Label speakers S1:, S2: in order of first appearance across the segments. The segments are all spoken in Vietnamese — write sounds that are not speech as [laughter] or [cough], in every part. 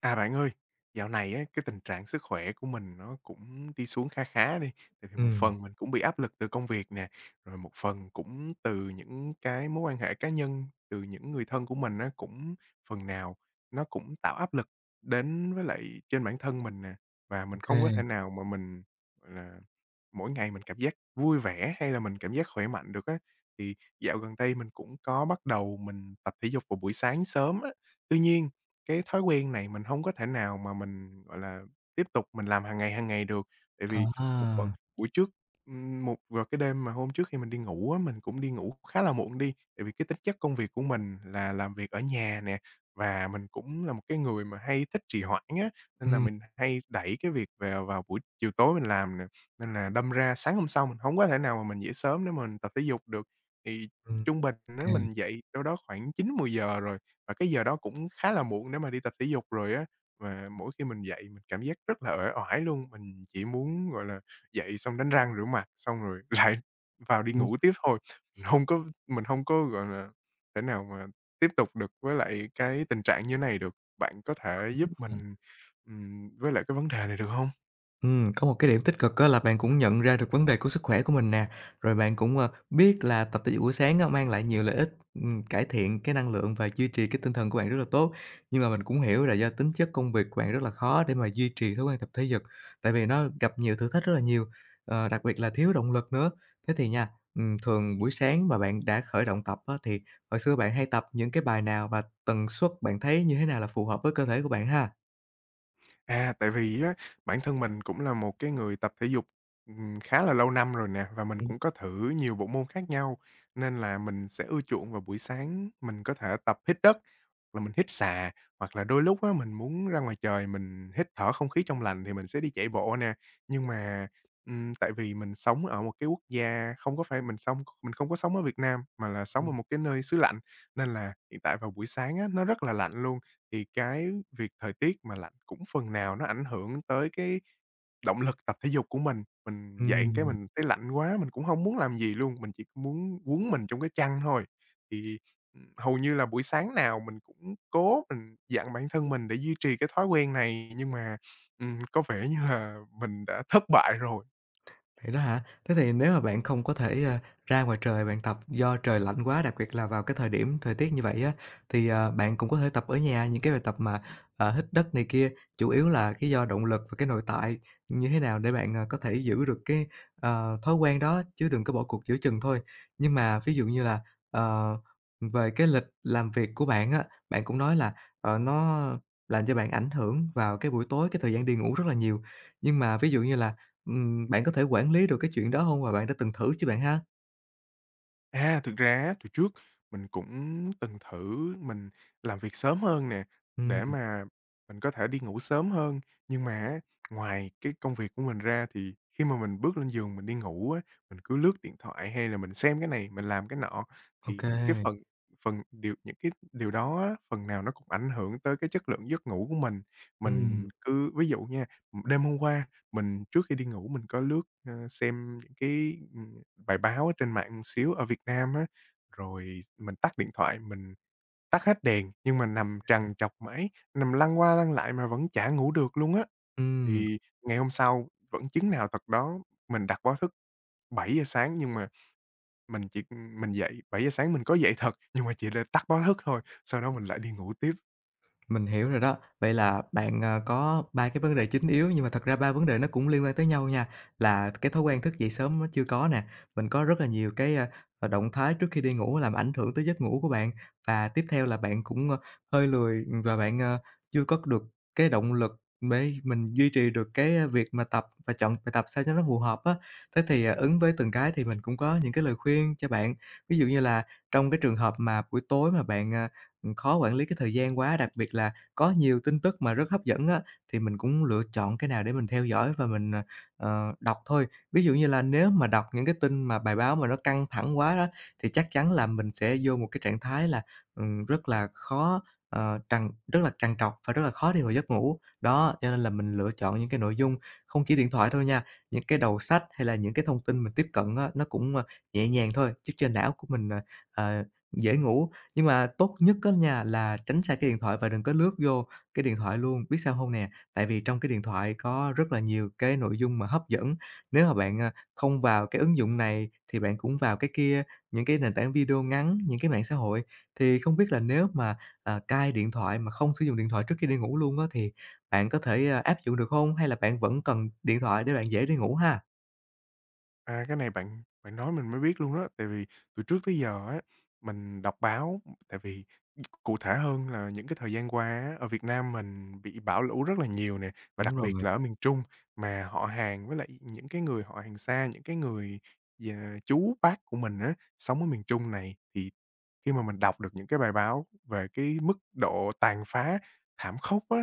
S1: À, bạn ơi, dạo này á, cái tình trạng sức khỏe của mình nó cũng đi xuống khá khá đi, tại vì một
S2: Ừm,
S1: phần mình cũng bị áp lực từ công việc nè, rồi một phần cũng từ những cái mối quan hệ cá nhân, từ những người thân của mình á, cũng phần nào nó cũng tạo áp lực đến với lại trên bản thân mình nè. Và
S2: ô
S1: mình không có thể
S2: kê.
S1: nào mà mình, gọi là, mỗi ngày mình cảm giác vui vẻ hay là mình cảm giác khỏe mạnh được á. Thì dạo gần đây mình cũng có bắt đầu mình tập thể dục vào buổi sáng sớm á, tuy nhiên cái thói quen này mình hông có thể nào mà mình, gọi là, tiếp tục mình làm hàng ngày được, tại
S2: À
S1: vì một phần
S2: ha.
S1: buổi trước, vào cái đêm mà hôm trước khi mình đi ngủ á, mình cũng đi ngủ khá là muộn đi, tại vì cái tính chất công việc của mình là làm việc ở nhà nè, và mình cũng là một cái người mà hay thích trì hoãn á, nên là
S2: Ừm,
S1: mình hay đẩy cái việc vào vào buổi chiều tối mình làm nè, nên là đâm ra sáng hôm sau mình hổng có thể nào mà mình dậy sớm để mà mình tập thể dục được. Thì
S2: ô
S1: trung bình á,
S2: kê.
S1: mình dậy đâu đó khoảng 9, 10 giờ rồi. Và cái giờ đó cũng khá là muộn để mà đi tập thể dục rồi á, và mỗi khi mình dậy mình cảm giác rất là uể oải luôn, mình chỉ muốn, gọi là, dậy xong đánh răng rửa mặt, xong rồi [laughs] lại vào đi
S2: Ừm,
S1: ngủ tiếp thôi. Mình không có, gọi là, thể nào mà tiếp tục được với lại cái tình trạng như này được. Bạn có thể giúp mình, với lại cái vấn đề này được không?
S2: Có một cái điểm tích cực á là bạn cũng nhận ra được vấn đề của sức khỏe của mình nè, rồi bạn cũng biết là tập thể dục buổi sáng á mang lại nhiều lợi ích cải thiện cái năng lượng và duy trì cái tinh thần của bạn rất là tốt. Nhưng mà mình cũng hiểu là do tính chất công việc của bạn rất là khó để mà duy trì thói quen tập thể dục, tại vì nó gặp nhiều thử thách rất là nhiều, đặc biệt là thiếu động lực nữa. Thế thì nha, thường buổi sáng mà bạn đã khởi động tập á thì hồi xưa bạn hay tập những cái bài nào và tần suất bạn thấy như thế nào là phù hợp với cơ thể của bạn ha?
S1: À, tại vì á, bản thân mình cũng là một cái người tập thể dục, khá là lâu năm rồi nè, và mình
S2: Ừm,
S1: cũng có thử nhiều bộ môn khác nhau, nên là mình sẽ ưa chuộng vào buổi sáng mình có thể tập hít đất, là mình hít xà, hoặc là đôi lúc á, mình muốn ra ngoài trời mình hít thở không khí trong lành thì mình sẽ đi chạy bộ nè. Nhưng mà, tại vì mình sống ở một cái quốc gia không có phải mình không có sống ở Việt Nam, mà là sống ở
S2: ừm.
S1: một cái nơi xứ lạnh, nên là hiện tại vào buổi sáng á, nó rất là lạnh luôn thì cái việc thời tiết mà lạnh cũng phần nào nó ảnh hưởng tới cái động lực tập thể dục của mình. Mình dậy cái mình thấy lạnh quá, mình cũng không muốn làm gì luôn, mình chỉ muốn quấn mình trong cái chăn thôi. Thì, hầu như là buổi sáng nào mình cũng cố mình dặn bản thân mình để duy trì cái thói quen này, nhưng mà, có vẻ như là mình đã thất bại rồi.
S2: Vậy đó hả? Thế thì nếu mà bạn không có thể ra ngoài trời bạn tập do trời lạnh quá, đặc biệt là vào cái thời điểm thời tiết như vậy á, thì bạn cũng có thể tập ở nhà những cái bài tập mà hít đất này kia, chủ yếu là cái do động lực và cái nội tại như thế nào để bạn có thể giữ được cái thói quen đó chứ đừng có bỏ cuộc giữa chừng thôi. Nhưng mà ví dụ như là, ờ, về cái lịch làm việc của bạn á, bạn cũng nói là nó làm cho bạn ảnh hưởng vào cái buổi tối, cái thời gian đi ngủ rất là nhiều. Nhưng mà ví dụ như là bạn có thể quản lý được cái chuyện đó hông và bạn đã từng thử chưa bạn ha?
S1: À, thực ra á, từ trước mình cũng từng thử mình làm việc sớm hơn nè,
S2: Ừm,
S1: để mà mình có thể đi ngủ sớm hơn. Nhưng mà á, ngoài cái công việc của mình ra thì khi mà mình bước lên giường mình đi ngủ á, mình cứ lướt điện thoại hay là mình xem cái này, mình làm cái nọ,
S2: ô
S1: thì
S2: kê.
S1: cái phần phần điều những cái điều đó á, phần nào nó cũng ảnh hưởng tới cái chất lượng giấc ngủ của mình.
S2: Ừm,
S1: Mình cứ ví dụ nha, đêm hôm qua mình trước khi đi ngủ mình có lướt, ơ, xem những cái, bài báo ở trên mạng một xíu ở Việt Nam á, rồi mình tắt điện thoại, mình tắt hết đèn, nhưng mà nằm trằn trọc mãi, nằm lăn qua lăn lại mà vẫn chả ngủ được luôn á.
S2: ừm.
S1: Thì ngày hôm sau vẫn chứng nào tật đó, mình đặt báo thức 7 giờ sáng nhưng mà mình chỉ mình dậy 7 giờ sáng mình có dậy thật, nhưng mà chỉ để tắt báo thức thôi, sau đó mình lại đi ngủ tiếp.
S2: Mình hiểu rồi đó. Vậy là bạn có 3 cái vấn đề chính yếu, nhưng mà thật ra 3 vấn đề nó cũng liên quan tới nhau nha, là cái thói quen thức dậy sớm nó chưa có nè, mình có rất là nhiều cái động thái trước khi đi ngủ làm ảnh hưởng tới giấc ngủ của bạn, và tiếp theo là bạn cũng hơi lười và bạn chưa có được cái động lực để mình duy trì được cái việc mà tập và chọn bài tập sao cho nó phù hợp á. Thế thì ứng với từng cái thì mình cũng có những cái lời khuyên cho bạn. Ví dụ như là trong cái trường hợp mà buổi tối mà bạn khó quản lý cái thời gian quá, đặc biệt là có nhiều tin tức mà rất hấp dẫn á, thì mình cũng lựa chọn cái nào để mình theo dõi và mình đọc thôi. Ví dụ như là nếu mà đọc những cái tin mà bài báo mà nó căng thẳng quá đó, thì chắc chắn là mình sẽ vô một cái trạng thái là rất là khó, ờ, trằn rất là trằn trọc và rất là khó đi vào giấc ngủ. Đó, cho nên là mình lựa chọn những cái nội dung không chỉ điện thoại thôi nha, những cái đầu sách hay là những cái thông tin mình tiếp cận á, nó cũng nhẹ nhàng thôi, giúp cho não của mìnhờ, dễ ngủ nhưng mà tốt nhất á nha là tránh xa cái điện thoại và đừng có lướt vô cái điện thoại luôn, biết sao hông nè? Tại vì trong cái điện thoại có rất là nhiều cái nội dung mà hấp dẫn, nếu mà bạn không vào cái ứng dụng này thì bạn cũng vào cái kia, những cái nền tảng video ngắn, những cái mạng xã hội. Thì không biết là nếu mà cai điện thoại mà không sử dụng điện thoại trước khi đi ngủ luôn á thì bạn có thể áp dụng được hông? Hay là bạn vẫn cần điện thoại để bạn dễ đi ngủ ha?
S1: À, cái này bạn bạn nói mình mới biết luôn đó, tại vì từ trước tới giờ á, mình đọc báo tại vì cụ thể hơn là những cái thời gian qua á, ở Việt Nam mình bị bão lũ rất là nhiều nè, và
S2: Đúng
S1: đặc biệt
S2: rồi,
S1: là ở miền Trung, mà họ hàng với lại những cái người họ hàng xa, những cái người già chú, bác của mình á, sống ở miền Trung này, thì khi mà mình đọc được những cái bài báo về cái mức độ tàn phá thảm khốc á,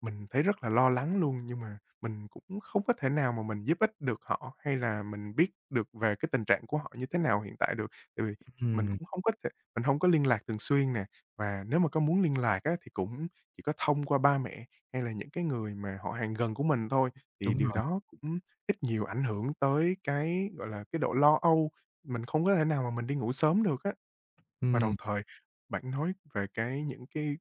S1: mình thấy rất là lo lắng luôn. Nhưng mà mình cũng không có thể nào mà mình giúp ích được họ, hay là mình biết được về cái tình trạng của họ như thế nào hiện tại được, tại vì
S2: ừm,
S1: mình không có liên lạc thường xuyên nè. Và nếu mà có muốn liên lạc á, thì cũng chỉ có thông qua ba mẹ hay là những cái người mà họ hàng gần của mình thôi, thì
S2: đúng
S1: điều
S2: rồi,
S1: đó cũng ít nhiều ảnh hưởng tới cái, gọi là, cái độ lo âu, mình không có thể nào mà mình đi ngủ sớm được á. Và đồng
S2: ừm,
S1: thời bạn nói về những cái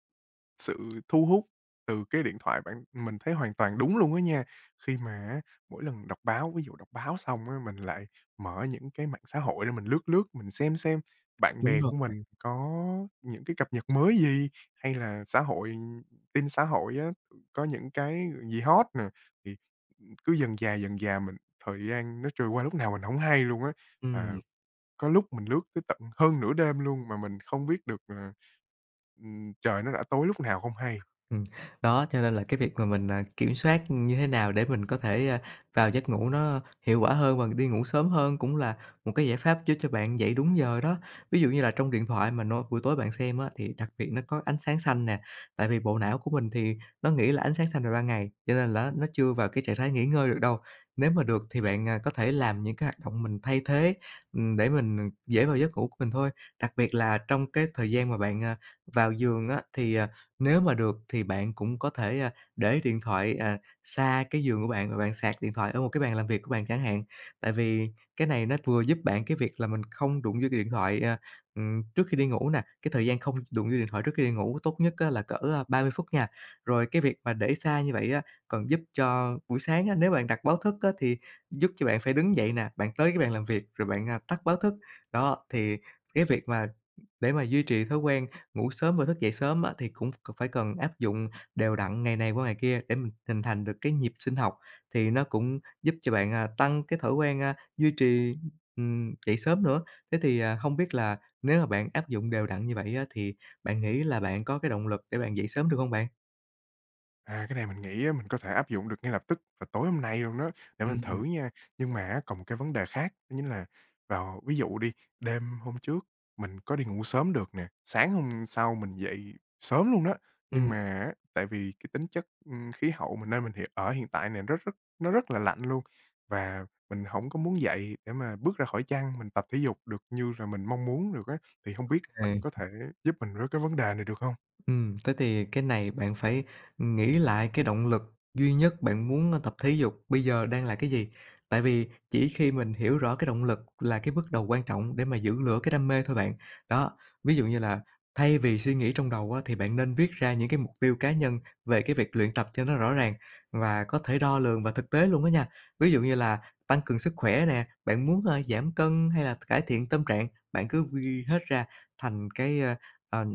S1: sự thu hút từ cái điện thoại bạn mình thấy hoàn toàn đúng luôn á nha. Khi mà á, mỗi lần đọc báo, ví dụ đọc báo xong á, mình lại mở những cái mạng xã hội để mình lướt lướt, mình xem bạn
S2: đúng
S1: bè
S2: rồi,
S1: của mình có những cái cập nhật mới gì, hay là xã hội tin xã hội á, có những cái gì hot nè, thì cứ dần dà thời gian nó trôi qua lúc nào mình không hay luôn á.
S2: ừm.
S1: Và có lúc mình lướt tới tận hơn nửa đêm luôn mà mình không biết được là, trời nó đã tối lúc nào không hay.
S2: Ừm, đó, cho nên là cái việc mà mình kiểm soát như thế nào để mình có thể vào giấc ngủ nó hiệu quả hơn và đi ngủ sớm hơn cũng là một cái giải pháp giúp cho bạn dậy đúng giờ đó. Ví dụ như là trong điện thoại mà nó buổi tối bạn xem á, thì đặc biệt nó có ánh sáng xanh nè, tại vì bộ não của mình thì nó nghĩ là ánh sáng xanh là ban ngày, cho nên là nó chưa vào cái trạng thái nghỉ ngơi được đâu. Nếu mà được thì bạn có thể làm những cái hoạt động mình thay thế để mình dễ vào giấc ngủ của mình thôi. Đặc biệt là trong cái thời gian mà bạn vào giường á, thì nếu mà được thì bạn cũng có thể để điện thoại xa cái giường của bạn và bạn sạc điện thoại ở một cái bàn làm việc của bạn chẳng hạn. Tại vì cái này nó vừa giúp bạn cái việc là mình không đụng vô cái điện thoại trước khi đi ngủ nè, cái thời gian không đụng vô điện thoại trước khi đi ngủ tốt nhất á là cỡ 30 phút nha. Rồi cái việc mà để xa như vậy á, còn giúp cho buổi sáng á, nếu bạn đặt báo thức á, thì giúp cho bạn phải đứng dậy nè, bạn tới cái bàn làm việc rồi bạn tắt báo thức. Đó, thì cái việc mà để mà duy trì thói quen ngủ sớm và thức dậy sớm á, thì cũng phải cần áp dụng đều đặn ngày này qua ngày kia để mình hình thành được cái nhịp sinh học, thì nó cũng giúp cho bạn tăng cái thói quen duy trì dậy sớm nữa. Thế thì không biết là nếu mà bạn áp dụng đều đặn như vậy á, thì bạn nghĩ là bạn có cái động lực để bạn dậy sớm được không bạn?
S1: À, cái này mình nghĩ á, mình có thể áp dụng được ngay lập tức và tối hôm nay luôn đó, để mình
S2: Ừm,
S1: thử nha. Nhưng mà á, còn một cái vấn đề khác, đó chính là vào ví dụ đi, đêm hôm trước mình có đi ngủ sớm được nè, sáng hôm sau mình dậy sớm luôn đó. Nhưng
S2: ừm,
S1: mà á, tại vì cái tính chất, khí hậu mà nơi mình hiện ở hiện tại này rất rất nó rất là lạnh luôn, và mình không có muốn dậy để mà bước ra khỏi chăn, mình tập thể dục được như là mình mong muốn được á. Thì không biết bạn
S2: OK.
S1: có thể giúp mình với cái vấn đề này được không?
S2: Thế thì cái này bạn phải nghĩ lại cái động lực duy nhất bạn muốn tập thể dục bây giờ đang là cái gì. Tại vì chỉ khi mình hiểu rõ cái động lực là cái bước đầu quan trọng để mà giữ lửa cái đam mê thôi bạn. Đó, ví dụ như là thay vì suy nghĩ trong đầu á, thì bạn nên viết ra những cái mục tiêu cá nhân về cái việc luyện tập cho nó rõ ràng và có thể đo lường và thực tế luôn đó nha. Ví dụ như là tăng cường sức khỏe nè, bạn muốn giảm cân hay là cải thiện tâm trạng, bạn cứ ghi hết ra thành cái, ơ, ờ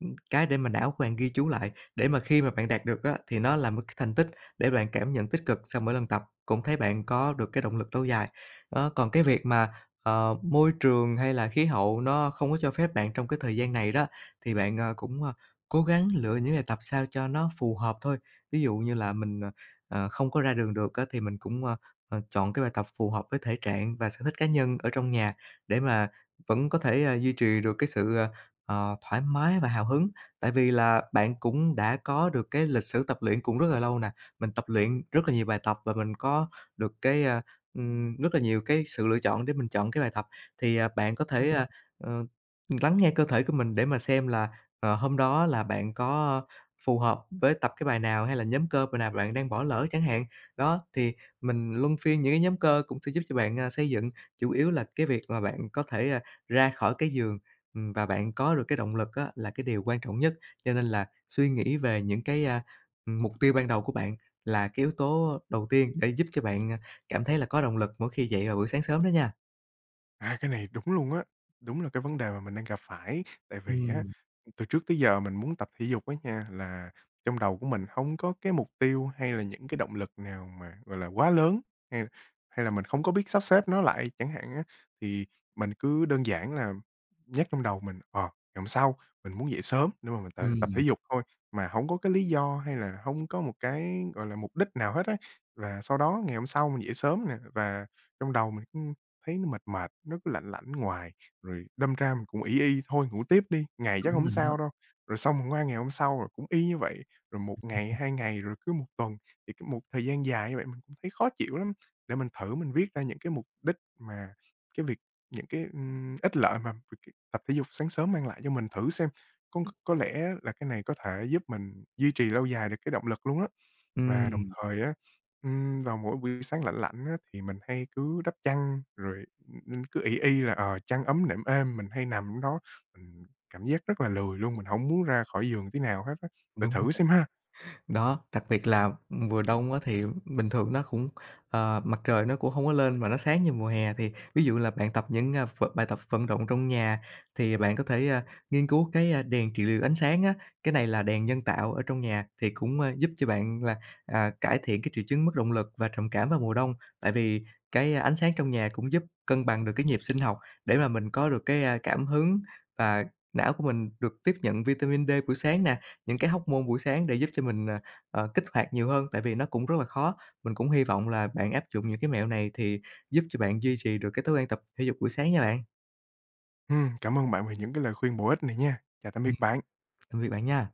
S2: Cái để mà não của bạn ghi chú lại, để mà khi mà bạn đạt được á, thì nó là một cái thành tích để bạn cảm nhận tích cực sau mỗi lần tập, cũng thấy bạn có được cái động lực lâu dài. Đó, còn cái việc mà môi trường hay là khí hậu nó không có cho phép bạn trong cái thời gian này đó, thì bạn cố gắng lựa những bài tập sao cho nó phù hợp thôi. Ví dụ như là mình không có ra đường được á, thì mình cũng chọn cái bài tập phù hợp với thể trạng và sở thích cá nhân ở trong nhà để mà vẫn có thể duy trì được cái sự thoải mái và hào hứng, tại vì là bạn cũng đã có được cái lịch sử tập luyện cũng rất là lâu nè, mình tập luyện rất là nhiều bài tập và mình có được cái rất là nhiều cái sự lựa chọn để mình chọn cái bài tập. Thì bạn có thể
S1: Ừm.
S2: ờ, lắng nghe cơ thể của mình để mà xem là hôm đó là bạn có phù hợp với tập cái bài nào hay là nhóm cơ bài nào bạn đang bỏ lỡ chẳng hạn. Đó, thì mình luân phiên những cái nhóm cơ cũng sẽ giúp cho bạn xây dựng chủ yếu là cái việc mà bạn có thể ra khỏi cái giường và bạn có được cái động lực á là cái điều quan trọng nhất, cho nên là suy nghĩ về những cái mục tiêu ban đầu của bạn là cái yếu tố đầu tiên để giúp cho bạn cảm thấy là có động lực mỗi khi dậy vào buổi sáng sớm đó nha.
S1: À, cái này đúng luôn á, đúng là cái vấn đề mà mình đang gặp phải. Tại vì á,
S2: Ừm,
S1: từ trước tới giờ mình muốn tập thể dục á nha, là trong đầu của mình không có cái mục tiêu hay là những cái động lực nào mà, gọi là, quá lớn, hay hay là mình không có biết sắp xếp nó lại chẳng hạn á. Thì mình cứ đơn giản là nhắc trong đầu mình, ờ, ngày hôm sau mình muốn dậy sớm để mà mình tập tập
S2: ừm,
S1: thể dục thôi, mà không có cái lý do hay là không có một cái, gọi là, mục đích nào hết á. Và sau đó ngày hôm sau mình dậy sớm nè, và trong đầu mình thấy nó mệt mệt, nó cứ lạnh lạnh ngoài, rồi đâm ra mình cũng ỷ y "Thôi ngủ tiếp đi, ngày chắc
S2: đúng
S1: hổng
S2: rồi đó.
S1: sao đâu." Rồi xong rồi qua ngày hôm sau rồi cũng y như vậy, rồi một ngày, 2 ngày, rồi cứ một tuần, thì cái một thời gian dài như vậy mình cũng thấy khó chịu lắm. Để mình thử mình viết ra những cái mục đích mà cái việc những cái, ích lợi mà việc cái tập thể dục sáng sớm mang lại cho mình thử xem, có lẽ là cái này có thể giúp mình duy trì lâu dài được cái động lực luôn á. Và đồng
S2: Ừm,
S1: thời á, vào mỗi buổi sáng lạnh lạnh á, thì mình hay cứ đắp chăn rồi, cứ ỷ y là, ờ, chăn ấm nệm êm, mình hay nằm đó, mình cảm giác rất là lười luôn, mình không muốn ra khỏi giường tí nào hết á. Bạn
S2: đúng.
S1: thử xem ha.
S2: Đó, đặc biệt là mùa đông á thì bình thường nó cũng mặt trời nó cũng không có lên mà nó sáng như mùa hè, thì ví dụ là bạn tập những, a, v bài tập vận động trong nhà thì bạn có thể nghiên cứu cái đèn trị liệu ánh sáng á. Cái này là đèn nhân tạo ở trong nhà thì cũng giúp cho bạn là cải thiện cái triệu chứng mất động lực và trầm cảm vào mùa đông. Tại vì cái ánh sáng trong nhà cũng giúp cân bằng được cái nhịp sinh học để mà mình có được cái cảm hứng và não của mình được tiếp nhận vitamin D buổi sáng nè, những cái hormone buổi sáng để giúp cho mình kích hoạt nhiều hơn, tại vì nó cũng rất là khó. Mình cũng hy vọng là bạn áp dụng những cái mẹo này thì giúp cho bạn duy trì được cái thói quen tập thể dục buổi sáng nha bạn.
S1: Cảm ơn bạn về những cái lời khuyên bổ ích này nha. Chào tạm
S2: Ừm,
S1: biệt bạn.
S2: tạm biệt bạn nha.